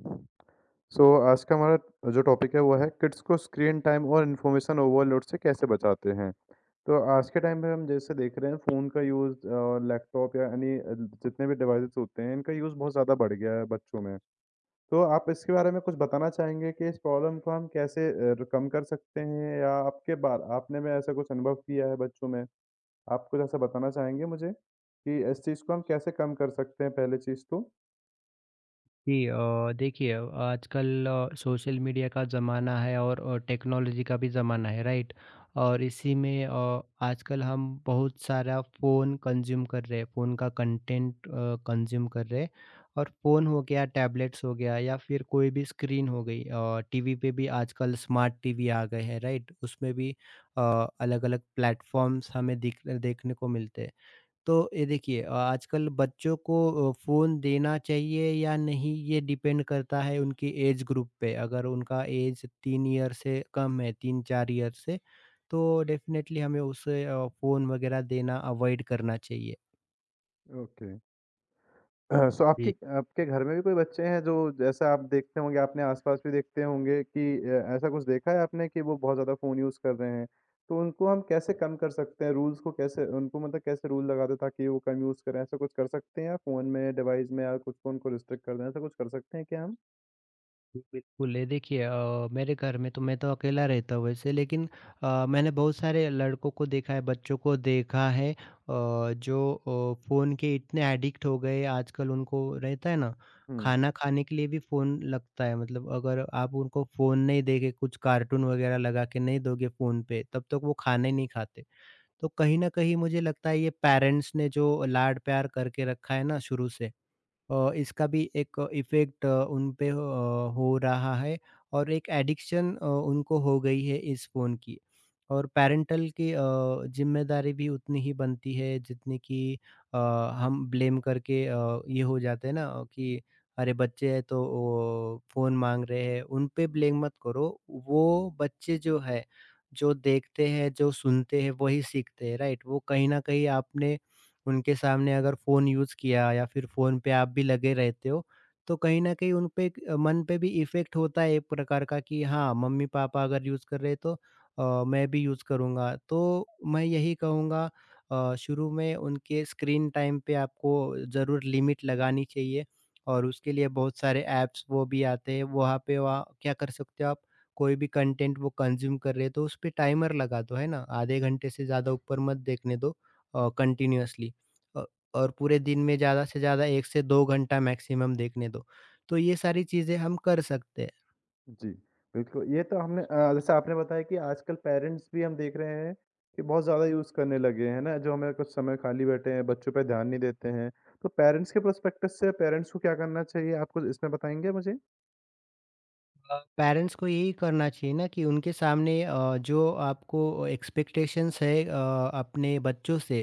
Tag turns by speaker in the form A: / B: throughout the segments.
A: सो आज का हमारा जो टॉपिक है वो है किड्स को स्क्रीन टाइम और इन्फॉर्मेशन ओवरलोड से कैसे बचाते हैं। तो आज के टाइम में हम जैसे देख रहे हैं फ़ोन का यूज़ और लैपटॉप या अन्य जितने भी डिवाइसेज़ होते हैं इनका यूज़ बहुत ज़्यादा बढ़ गया है बच्चों में। तो आप इसके बारे में कुछ बताना चाहेंगे कि इस प्रॉब्लम को हम कैसे कम कर सकते हैं या आपके बार आपने में ऐसा कुछ अनुभव किया है बच्चों में? आप कुछ ऐसा बताना चाहेंगे मुझे कि इस चीज़ को हम कैसे कम कर सकते हैं पहली चीज़ तो?
B: जी देखिए, आजकल सोशल मीडिया का ज़माना है और टेक्नोलॉजी का भी ज़माना है, राइट। और इसी में आजकल हम बहुत सारा फ़ोन कंज्यूम कर रहे हैं, फ़ोन का कंटेंट कंज्यूम कर रहे हैं। और फ़ोन हो गया, टैबलेट्स हो गया या फिर कोई भी स्क्रीन हो गई। टीवी पे भी आजकल स्मार्ट टीवी आ गए हैं, राइट, उसमें भी अलग अलग प्लेटफॉर्म्स हमें दिख देखने को मिलते हैं। तो ये देखिए, आजकल बच्चों को फ़ोन देना चाहिए या नहीं, ये डिपेंड करता है उनकी एज ग्रुप पे। अगर उनका एज 3 ईयर से कम है, 3-4 ईयर से, तो डेफ़िनेटली हमें उसे फ़ोन वग़ैरह देना अवॉइड करना चाहिए।
A: ओके। सो आपके आपके घर में भी कोई बच्चे हैं जो जैसा आप देखते होंगे, आपने आस-पास भी देखते होंगे कि ऐसा कुछ देखा है आपने कि वो बहुत ज़्यादा फ़ोन यूज़ कर रहे हैं? तो उनको हम कैसे कम कर सकते हैं? रूल्स को कैसे उनको मतलब कैसे रूल लगा दें ताकि वो कम यूज़ करें? ऐसा कुछ कर सकते हैं या फ़ोन में, डिवाइस में या कुछ को उनको रिस्ट्रिक्ट कर दें, ऐसा कुछ कर सकते हैं क्या हम?
B: बिल्कुल, ये देखिए, मेरे घर में तो मैं तो अकेला रहता हूँ वैसे, लेकिन मैंने बहुत सारे लड़कों को देखा है, बच्चों को देखा है, जो फ़ोन के इतने एडिक्ट हो गए आजकल, उनको रहता है ना,
A: हुँ।
B: खाना खाने के लिए भी फ़ोन लगता है। मतलब अगर आप उनको फ़ोन नहीं देके, कुछ कार्टून वग़ैरह लगा के नहीं दोगे फ़ोन पे, तब तक वो खाना ही नहीं खाते। तो कहीं न कहीं मुझे लगता है ये पेरेंट्स ने जो लाड-प्यार करके रखा है ना शुरू से, इसका भी एक इफ़ेक्ट अ, उन पे हो अ, हो रहा है। और एक एडिक्शन उनको हो गई है इस फ़ोन की। और पैरेंटल की ज़िम्मेदारी भी उतनी ही बनती है जितनी कि अ, हम ब्लेम करके ये हो जाते हैं ना कि अरे बच्चे हैं तो वो फ़ोन माँग रहे हैं, उन पे ब्लेम मत करो। वो बच्चे जो है, जो देखते हैं, जो सुनते हैं वही सीखते हैं, राइट? वो कहीं न कहीं आपने उनके सामने अगर फ़ोन यूज़ किया या फिर फ़ोन पे आप भी लगे रहते हो, तो कहीं न कहीं उन पे एक मन पे भी इफ़ेक्ट होता है एक प्रकार का कि हाँ, मम्मी-पापा अगर यूज़ कर रहे हैं तो मैं भी यूज़ करूँगा। तो मैं यही कहूँगा, शुरू में उनके स्क्रीन टाइम पे आपको ज़रूर लिमिट लगानी चाहिए। और उसके लिए बहुत सारे ऐप्स वो भी आते हैं। वहाँ पे वहाँ क्या कर सकते हो आप, कोई भी कंटेंट वो कंज़्यूम कर रहे हैं तो उस पे टाइमर लगा दो, है ना? आधे घंटे से ज़्यादा ऊपर मत देखने दो कंटीन्यूअसली। अ, और पूरे दिन में ज़्यादा से ज़्यादा 1 से 2 घंटा मैक्सिमम देखने दो। तो ये सारी चीज़ें हम कर सकते हैं।
A: जी, बिल्कुल। ये तो हमने जैसे आपने बताया कि आजकल पेरेंट्स भी हम देख रहे हैं कि बहुत ज़्यादा यूज़ करने लगे हैं ना, जो हमें कुछ समय खाली बैठे हैं, बच्चों पे ध्यान नहीं देते हैं। तो पेरेंट्स के पर्सपेक्टिव से पेरेंट्स को क्या करना चाहिए, आप कुछ इसमें बताएँगे मुझे?
B: पेरेंट्स को यही करना चाहिए ना कि उनके सामने जो आपको एक्सपेक्टेशंस है अपने बच्चों से,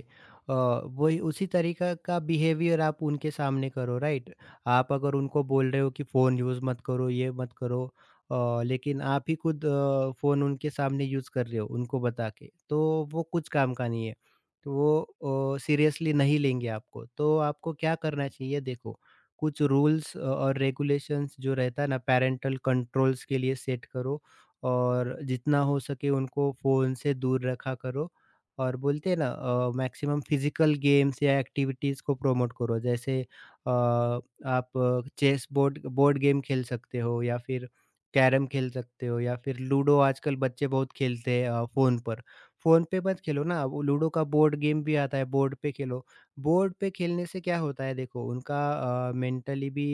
B: अ, वही उसी तरीका का बिहेवियर आप उनके सामने करो, राइट। आप अगर उनको बोल रहे हो कि फ़ोन यूज़ मत करो, ये मत करो, लेकिन आप ही खुद फ़ोन उनके सामने यूज़ कर रहे हो, उनको बता के, तो वो कुछ काम का नहीं है। तो वो सीरियसली नहीं लेंगे आपको। तो आपको क्या करना चाहिए, देखो, कुछ रूल्स और रेगुलेशंस जो रहता है ना पैरेंटल कंट्रोल्स के लिए, सेट करो और जितना हो सके उनको फ़ोन से दूर रखा करो। और बोलते हैं ना, मैक्सिमम फिजिकल गेम्स या एक्टिविटीज़ को प्रमोट करो। जैसे आप चेस बोर्ड बोर्ड गेम खेल सकते हो, या फिर कैरम खेल सकते हो, या फिर लूडो। आजकल बच्चे बहुत खेलते हैं फ़ोन पर। फ़ोन पे मत खेलो ना, वो लूडो का बोर्ड गेम भी आता है, बोर्ड पे खेलो। बोर्ड पे खेलने से क्या होता है, देखो, उनका मेंटली भी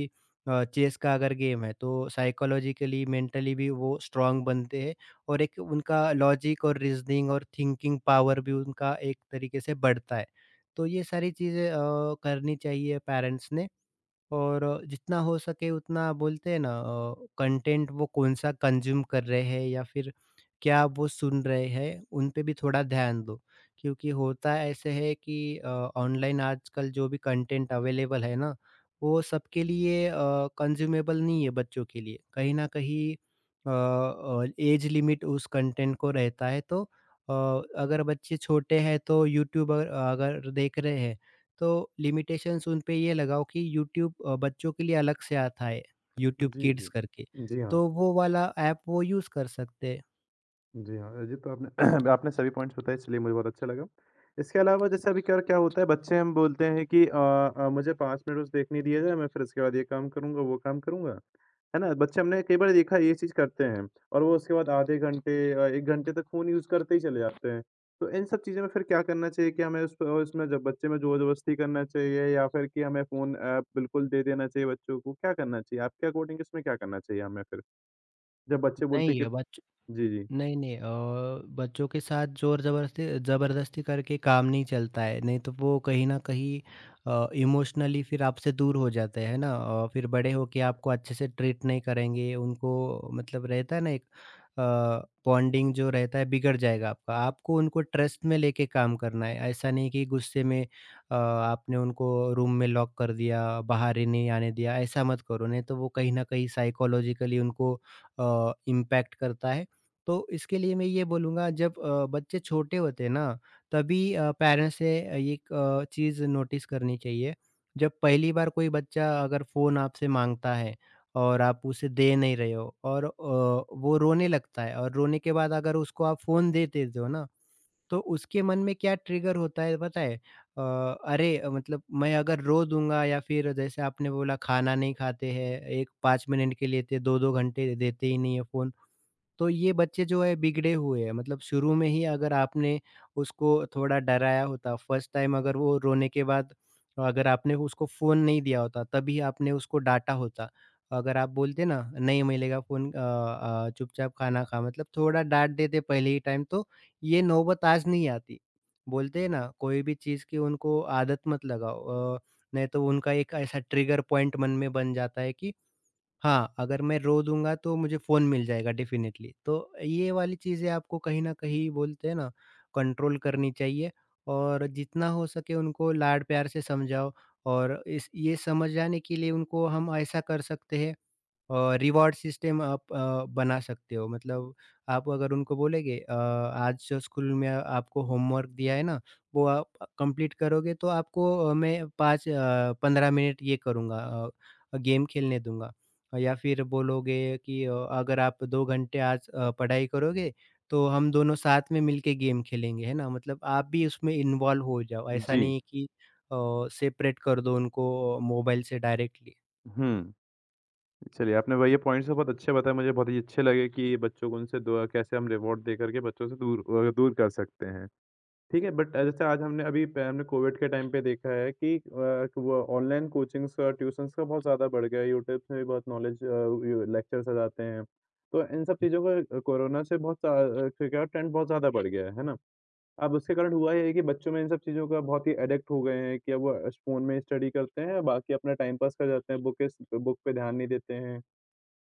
B: चेस का अगर गेम है तो साइकोलॉजिकली, मेंटली भी वो स्ट्रांग बनते हैं। और एक उनका लॉजिक और रीजनिंग और थिंकिंग पावर भी उनका एक तरीके से बढ़ता है। तो ये सारी चीज़ें करनी चाहिए पेरेंट्स ने। और जितना हो सके उतना, बोलते हैं ना, कंटेंट वो कौन सा कंज्यूम कर रहे हैं या फिर क्या वो सुन रहे हैं, उन पे भी थोड़ा ध्यान दो। क्योंकि होता ऐसे है कि ऑनलाइन आजकल जो भी कंटेंट अवेलेबल है ना, वो सबके लिए कंज्यूमेबल नहीं है। बच्चों के लिए कहीं ना कहीं एज लिमिट उस कंटेंट को रहता है। तो अ, अगर बच्चे छोटे हैं तो यूट्यूब अगर अगर देख रहे हैं, तो लिमिटेशंस उन पे ये लगाओ कि यूट्यूब बच्चों के लिए अलग से आता है, यूट्यूब
A: जी,
B: किड्स
A: जी।
B: करके,
A: जी हाँ।
B: तो वो वाला ऐप वो यूज़ कर सकते हैं।
A: जी हाँ, जी तो आपने आपने सभी पॉइंट्स बताए इसलिए मुझे बहुत अच्छा लगा। इसके अलावा जैसे अभी क्या क्या होता है बच्चे हम बोलते हैं कि मुझे 5 मिनट बस देखने दिया जाए मैं फिर इसके बाद ये काम करूँगा, वो काम करूँगा। है ना? बच्चे हमने कई बार देखा है ये चीज़ करते हैं और वो उसके बाद आधे घंटे 1 घंटे तक फ़ोन यूज़ करते ही चले जाते हैं। तो इन सब चीज़ों में फिर क्या करना चाहिए कि हमें उस उसमें जब बच्चे में ज़ोर-ज़बरदस्ती करना चाहिए या फिर कि हमें फ़ोन बिल्कुल दे देना चाहिए बच्चों को, क्या करना चाहिए? आपके अकॉर्डिंग इसमें क्या करना चाहिए हमें फिर? जब बच्चे बोलते
B: नहीं
A: हैं कि
B: है बच
A: जी, जी।
B: नहीं, नहीं अ, बच्चों के साथ ज़ोर ज़बरदस्ती ज़बरदस्ती करके काम नहीं चलता है, नहीं तो वो कहीं न कहीं इमोशनली फिर आपसे दूर हो जाते हैं ना। फिर बड़े होके आपको अच्छे से ट्रीट नहीं करेंगे। उनको मतलब रहता है ना एक अ, बॉन्डिंग जो रहता है, बिगड़ जाएगा आपका। आपको उनको ट्रस्ट में लेके काम करना है, ऐसा नहीं कि गुस्से में आपने उनको रूम में लॉक कर दिया, बाहर ही नहीं आने दिया। ऐसा मत करो, नहीं तो वो कहीं न कहीं साइकोलॉजिकली उनको इम्पैक्ट करता है। तो इसके लिए मैं ये बोलूँगा, जब बच्चे छोटे होते हैं ना, तभी पेरेंट्स से ये एक चीज़ नोटिस करनी चाहिए। जब पहली बार कोई बच्चा अगर फ़ोन आपसे माँगता है और आप उसे दे नहीं रहे हो, और वो रोने लगता है, और रोने के बाद अगर उसको आप फ़ोन दे देते हो ना, तो उसके मन में क्या ट्रिगर होता है, पता है? अरे, मतलब मैं अगर रो दूँगा, या फिर जैसे आपने बोला खाना नहीं खाते हैं, 1 5 मिनट के लिए देते, 2-2 घंटे देते ही नहीं है फ़ोन। तो ये बच्चे जो है बिगड़े हुए हैं। मतलब शुरू में ही अगर आपने उसको थोड़ा डराया होता, फर्स्ट टाइम अगर वो रोने के बाद अगर आपने उसको फ़ोन नहीं दिया होता, तभी आपने उसको डाँटा होता। अगर आप बोलते ना नहीं मिलेगा फ़ोन, चुपचाप खाना खा, मतलब थोड़ा डाँट देते पहले ही टाइम, तो ये नौबत आज नहीं आती। बोलते हैं ना, कोई भी चीज़ की उनको आदत मत लगाओ, अ, नहीं तो उनका एक ऐसा ट्रिगर पॉइंट मन में बन जाता है कि हाँ, अगर मैं रो दूँगा तो मुझे फ़ोन मिल जाएगा डेफ़िनेटली। तो ये वाली चीज़ें आपको कहीं न कहीं, बोलते हैं ना, कंट्रोल करनी चाहिए। और जितना हो सके उनको लाड प्यार से समझाओ। और इस ये समझाने के लिए उनको हम ऐसा कर सकते हैं, रिवॉर्ड सिस्टम आप बना सकते हो। मतलब आप अगर उनको बोलेंगे, आज जो स्कूल में आपको होमवर्क दिया है ना, वो आप कंप्लीट करोगे तो आपको मैं 15 मिनट ये करूँगा, गेम खेलने दूँगा। या फिर बोलोगे कि अगर आप 2 घंटे आज पढ़ाई करोगे तो हम दोनों साथ में मिलके गेम खेलेंगे, है ना? मतलब आप भी उसमें इन्वॉल्व हो जाओ, ऐसा
A: जी।
B: नहीं कि अ, सेपरेट कर दो उनको मोबाइल से डायरेक्टली।
A: हुँ। चलिए, आपने ब ये पॉइंट्स तो बहुत अच्छे बताए, मुझे बहुत ही अच्छे लगे कि बच्चों को उनसे दो कैसे हम रिवॉर्ड देकर के बच्चों से दूर दूर कर सकते हैं। ठीक है, बट जैसे आज हमने अभी प हमने कोविड के टाइम पे देखा है कि वो ऑनलाइन कोचिंग्स का, ट्यूशन्स का बहुत ज़्यादा बढ़ गया है, यूट्यूब से भी बहुत नॉलेज व लेक्चर्स आ जाते हैं। तो इन सब
B: जी,
A: चीज़ों का कोरोना से बहुत सा क्या ट्रेंड बहुत ज़्यादा बढ़ गया है ना? अब उसके कारण हुआ ये है कि बच्चों में इन सब चीज़ों का बहुत ही एडिक्ट हो गए हैं कि अब वो अस फ़ोन में स्टडी करते हैं, बाकी अपना टाइम पास कर जाते हैं, बुकिस बुक पे ध्यान नहीं देते हैं।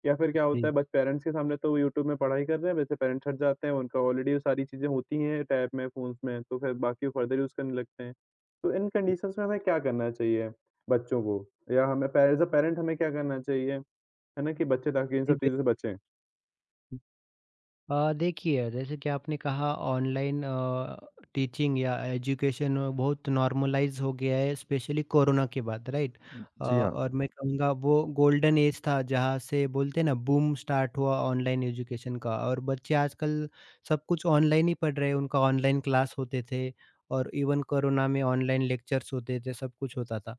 A: या फिर क्या होता है
B: जी,
A: बस पेरेंट्स के सामने तो वो यूट्यूब में पढ़ाई कर रहे हैं, वैसे पेरेंट्स हट जाते हैं, उनका ऑलरेडी वो सारी चीज़ें होती हैं टैब में, फ़ोन्स में, तो फिर बाकी वो फर्दर यूज़ करने लगते हैं। तो इन कंडीशंस में हमें क्या करना चाहिए बच्चों को? या हमें पे एज़ अ पेरेंट हमें क्या करना चाहिए, है ना, कि बच्चे ताकि इन
B: जी,
A: सब
B: बिल
A: चीज़ों से बचें?
B: अ, देखिए, जैसे कि आपने कहा, ऑनलाइन टीचिंग या एजुकेशन बहुत नॉर्मलाइज़ हो गया है, स्पेशली कोरोना के बाद, राइट?
A: जी हाँ।
B: और मैं कहूँगा वो गोल्डन ऐज था, जहाँ से बोलते हैं ना बूम स्टार्ट हुआ ऑनलाइन एजुकेशन का। और बच्चे आजकल सब कुछ ऑनलाइन ही पढ़ रहे हैं, उनका ऑनलाइन क्लास होते थे, और इवन कोरोना में ऑनलाइन लेक्चर्स होते थे, सब कुछ होता था।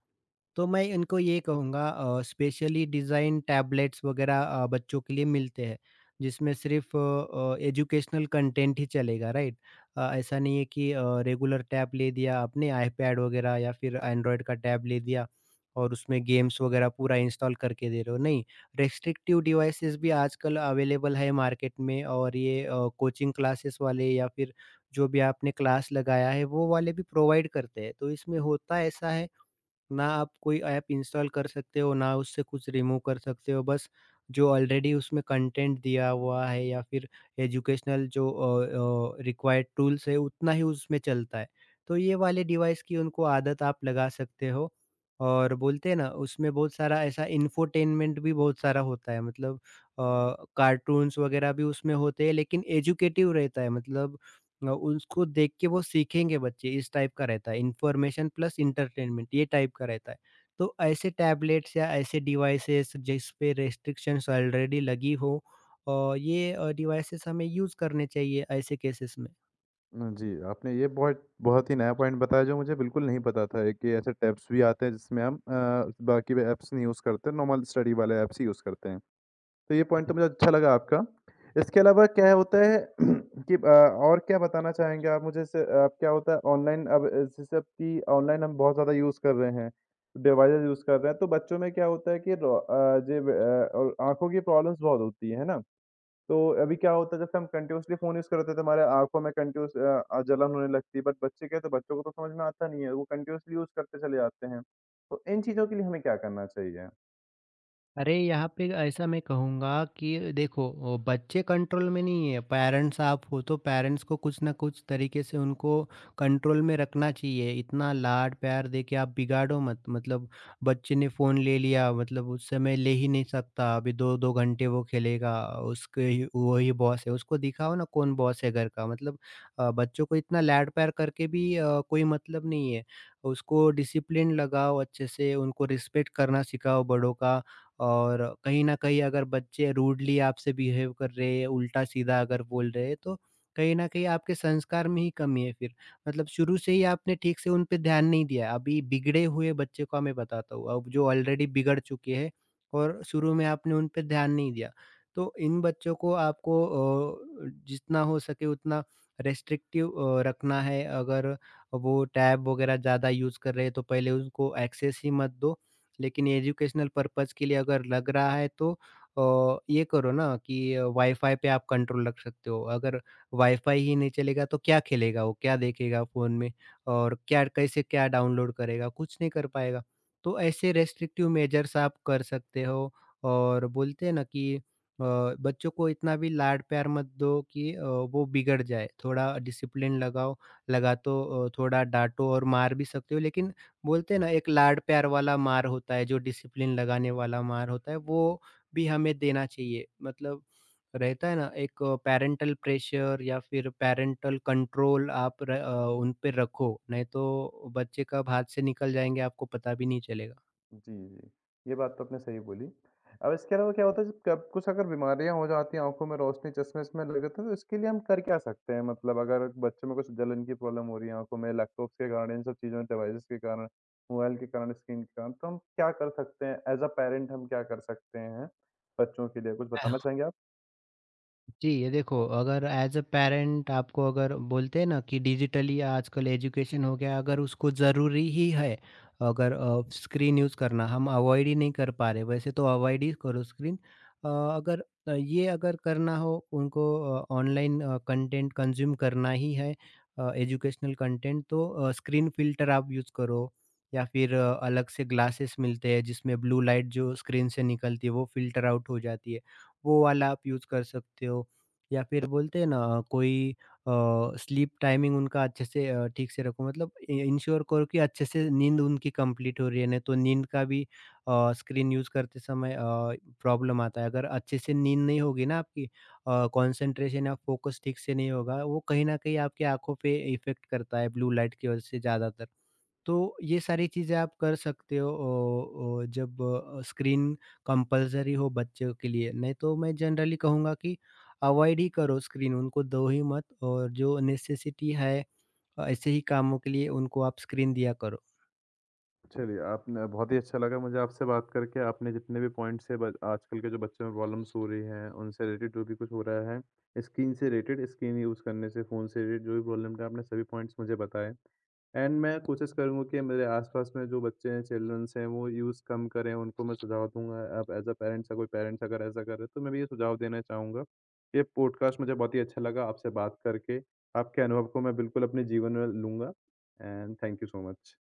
B: तो मैं इनको ये कहूँगा, स्पेशली डिज़ाइन टैबलेट्स वगैरह बच्चों के लिए मिलते हैं, जिसमें सिर्फ़ एजुकेशनल कंटेंट ही चलेगा, राइट? ऐसा नहीं है कि रेगुलर टैब ले दिया आपने, आईपैड वगैरह या फिर एंड्रॉयड का टैब ले दिया और उसमें गेम्स वगैरह पूरा इंस्टॉल करके दे रहे हो, नहीं। रेस्ट्रिक्टिव डिवाइसेस भी आजकल अवेलेबल है मार्केट में। और ये कोचिंग क्लासेस वाले, या फिर जो भी आपने क्लास लगाया है वो वाले भी प्रोवाइड करते हैं। तो इसमें होता ऐसा है, ना आप कोई ऐप इंस्टॉल कर सकते हो, ना उससे कुछ रिमूव कर सकते हो। बस जो ऑलरेडी उसमें कंटेंट दिया हुआ है, या फिर एजुकेशनल जो रिक्वायर्ड टूल्स है, उतना ही उसमें चलता है। तो ये वाले डिवाइस की उनको आदत आप लगा सकते हो। और बोलते हैं ना, उसमें बहुत सारा ऐसा इन्फोटेनमेंट भी बहुत सारा होता है। मतलब कार्टून्स वगैरह भी उसमें होते हैं, लेकिन एजुकेटिव रहता है। मतलब उसको देख के वो सीखेंगे बच्चे, इस टाइप का रहता है, इन्फॉर्मेशन प्लस एंटरटेनमेंट, ये टाइप का रहता है। तो ऐसे टैबलेट्स या ऐसे डिवाइसेस जिस पे रेस्ट्रिक्शंस ऑलरेडी लगी हो, ये डिवाइसेस हमें यूज़ करने चाहिए ऐसे केसेस में।
A: हुँ, जी, आपने ये बहुत बहुत ही नया पॉइंट बताया जो मुझे बिल्कुल नहीं पता था एक कि ऐसे टैब्स भी आते हैं जिसमें हम बाकी वे ऐप्स नहीं यूज़ करते, नॉर्मल स्टडी वाले ऐप्स ही यूज़ करते हैं। तो ये पॉइंट तो मुझे अच्छा लगा आपका। इसके अलावा क्या होता है कि और क्या बताना चाहेंगे आप मुझे जैसे क्या होता है ऑनलाइन अब जैसे अब कि ऑनलाइन हम बहुत ज़्यादा यूज़ कर रहे हैं, डिवाइसेज़ यूज़ कर रहे हैं, तो बच्चों में क्या होता है कि रो जे ब आँखों की प्रॉब्लम्स बहुत होती हैं, है ना? तो अभी क्या होता है जैसे हम कंटीन्यूअसली फ़ोन यूज़ करते हैं तो हमारे आँखों में कंटीन्यूअस जलन होने लगती है बट बच्चे क्या है तो बच्चों को तो समझ में आता नहीं है, वो कंटीन्यूअसली यूज़ करते चले जाते हैं। तो इन चीज़ों के लिए हमें क्या करना चाहिए?
B: अरे यहाँ पे ऐसा मैं कहूँगा कि देखो, बच्चे कंट्रोल में नहीं है, पेरेंट्स आप हो, तो पेरेंट्स को कुछ ना कुछ तरीके से उनको कंट्रोल में रखना चाहिए। इतना लाड प्यार दे के आप बिगाड़ो मत। मतलब बच्चे ने फ़ोन ले लिया, मतलब उस समय ले ही नहीं सकता, अभी दो दो घंटे वो खेलेगा। उसके ही वही बॉस है, उसको दिखाओ ना कौन बॉस है घर का। मतलब बच्चों को इतना लाड प्यार करके भी कोई मतलब नहीं है। उसको डिसिप्लिन लगाओ अच्छे से, उनको रिस्पेक्ट करना सिखाओ बड़ों का। और कहीं न कहीं अगर बच्चे रूडली आपसे बिहेव कर रहे हैं, उल्टा-सीधा अगर बोल रहे हैं, तो कहीं न कहीं आपके संस्कार में ही कमी है फिर। मतलब शुरू से ही आपने ठीक से उन पे ध्यान नहीं दिया। अभी बिगड़े हुए बच्चे को मैं बताता हूँ, अब जो ऑलरेडी बिगड़ चुके हैं और शुरू में आपने उन पे ध्यान नहीं दिया, तो इन बच्चों को आपको जितना हो सके उतना रेस्ट्रिक्टिव रखना है। अगर वो टैब वगैरह ज़्यादा यूज़ कर रहे हैं, तो पहले उनको एक्सेस ही मत दो। लेकिन एजुकेशनल पर्पज़ के लिए अगर लग रहा है, तो ये करो ना कि वाई-फाई पे आप कंट्रोल रख सकते हो। अगर वाई-फाई ही नहीं चलेगा तो क्या खेलेगा वो, क्या देखेगा फ़ोन में और क्या, कैसे, क्या डाउनलोड करेगा, कुछ नहीं कर पाएगा। तो ऐसे रेस्ट्रिक्टिव मेजर्स आप कर सकते हो। और बोलते हैं ना कि अ, बच्चों को इतना भी लाड-प्यार मत दो कि वो बिगड़ जाए। थोड़ा डिसिप्लिन लगाओ, थोड़ा डाँटो और मार भी सकते हो। लेकिन बोलते हैं ना, एक लाड प्यार वाला मार होता है, जो डिसिप्लिन लगाने वाला मार होता है, वो भी हमें देना चाहिए। मतलब रहता है ना एक पैरेंटल प्रेशर या फिर पैरेंटल कंट्रोल, आप उन पे रखो, नहीं तो बच्चे कब हाथ से निकल जाएँगे आपको पता भी नहीं चलेगा।
A: जी, जी। ये बात तो आपने सही बोली। अब इसके अलावा क्या होता है जब कब कुछ अगर बीमारियाँ हो जाती हैं, आँखों में रोशनी चश्मे-वश्मे लग जाते हैं तो इसके लिए हम कर क्या सकते हैं? मतलब अगर बच्चों में कुछ जलन की प्रॉब्लम हो रही है आँखों में, लैपटॉप्स के कारण, इन सब चीज़ों, डिवाइसेज़ के कारण, मोबाइल के कारण, स्क्रीन के कारण, तो हम क्या कर सकते हैं? एज़ अ पेरेंट हम क्या कर सकते हैं बच्चों के लिए? कुछ बताना चाहेंगे आप?
B: जी, ये देखो, अगर एज़ अ पैरेंट आपको, अगर बोलते हैं ना कि डिजिटली आजकल एजुकेशन हो गया, अगर उसको ज़रूरी ही है, अगर स्क्रीन यूज़ करना हम अवॉइड ही नहीं कर पा रहे, वैसे तो अवॉइड ही करो स्क्रीन। अ, अगर अ, ये अगर करना हो उनको, ऑनलाइन कंटेंट कंज़्यूम करना ही है, एजुकेशनल कंटेंट, तो स्क्रीन फ़िल्टर आप यूज़ करो, या फिर अलग से ग्लासेस मिलते हैं जिसमें ब्लू लाइट जो स्क्रीन से निकलती है वो फ़िल्टर आउट हो जाती है। वो वाला आप यूज़ कर सकते हो। या फिर बोलते हैं ना, कोई अ, स्लीप टाइमिंग उनका अच्छे से ठीक से रखो, मतलब इ इंश्योर करो कि अच्छे से नींद उनकी कंप्लीट हो रही है। नहीं तो नींद का भी स्क्रीन यूज़ करते समय प्रॉब्लम आता है। अगर अच्छे से नींद नहीं होगी ना आपकी, कंसंट्रेशन या फ़ोकस ठीक से नहीं होगा, वो कहीं न कहीं आपकी आँखों पे इफ़ेक्ट करता है ब्लू लाइट की वज़ह से ज़्यादातर। तो ये सारी चीज़ें आप कर सकते हो ओ, ओ, जब स्क्रीन कंपलसरी हो बच्चों के लिए। नहीं तो मैं जनरली कहूँगा कि अवॉइड ही करो स्क्रीन, उनको दो ही मत, और जो नेसेसिटी है, ऐसे ही कामों के लिए उनको आप स्क्रीन दिया करो
A: चलिए, आपने बहुत ही अच्छा लगा मुझे आपसे बात करके। आपने जितने भी पॉइंट्स है ब आजकल के जो बच्चों में प्रॉब्लम्स हो रही हैं, उनसे रिलेटेड जो भी कुछ हो रहा है, स्क्रीन से रिलेटेड, स्क्रीन यूज़ करने से, फ़ोन से रिलेटेड जो भी प्रॉब्लम थे, आपने सभी पॉइंट्स मुझे बताए। एंड मैं कोशिश करूँगा कि मेरे आस-पास में जो बच्चे हैं, चिल्ड्रन्स हैं, वो यूज़ कम करें, उनको मैं सुझाव दूँगा। अब एज़ अ पेरेंट्स अगर कोई पेरेंट्स अगर ऐसा कर रहे हैं, तो मैं भी ये सुझाव देना चाहूँगा। ये पॉडकास्ट मुझे बहुत ही अच्छा लगा आपसे बात करके। आपके अनुभव को मैं बिल्कुल अपने जीवन में लूँगा and thank you so much.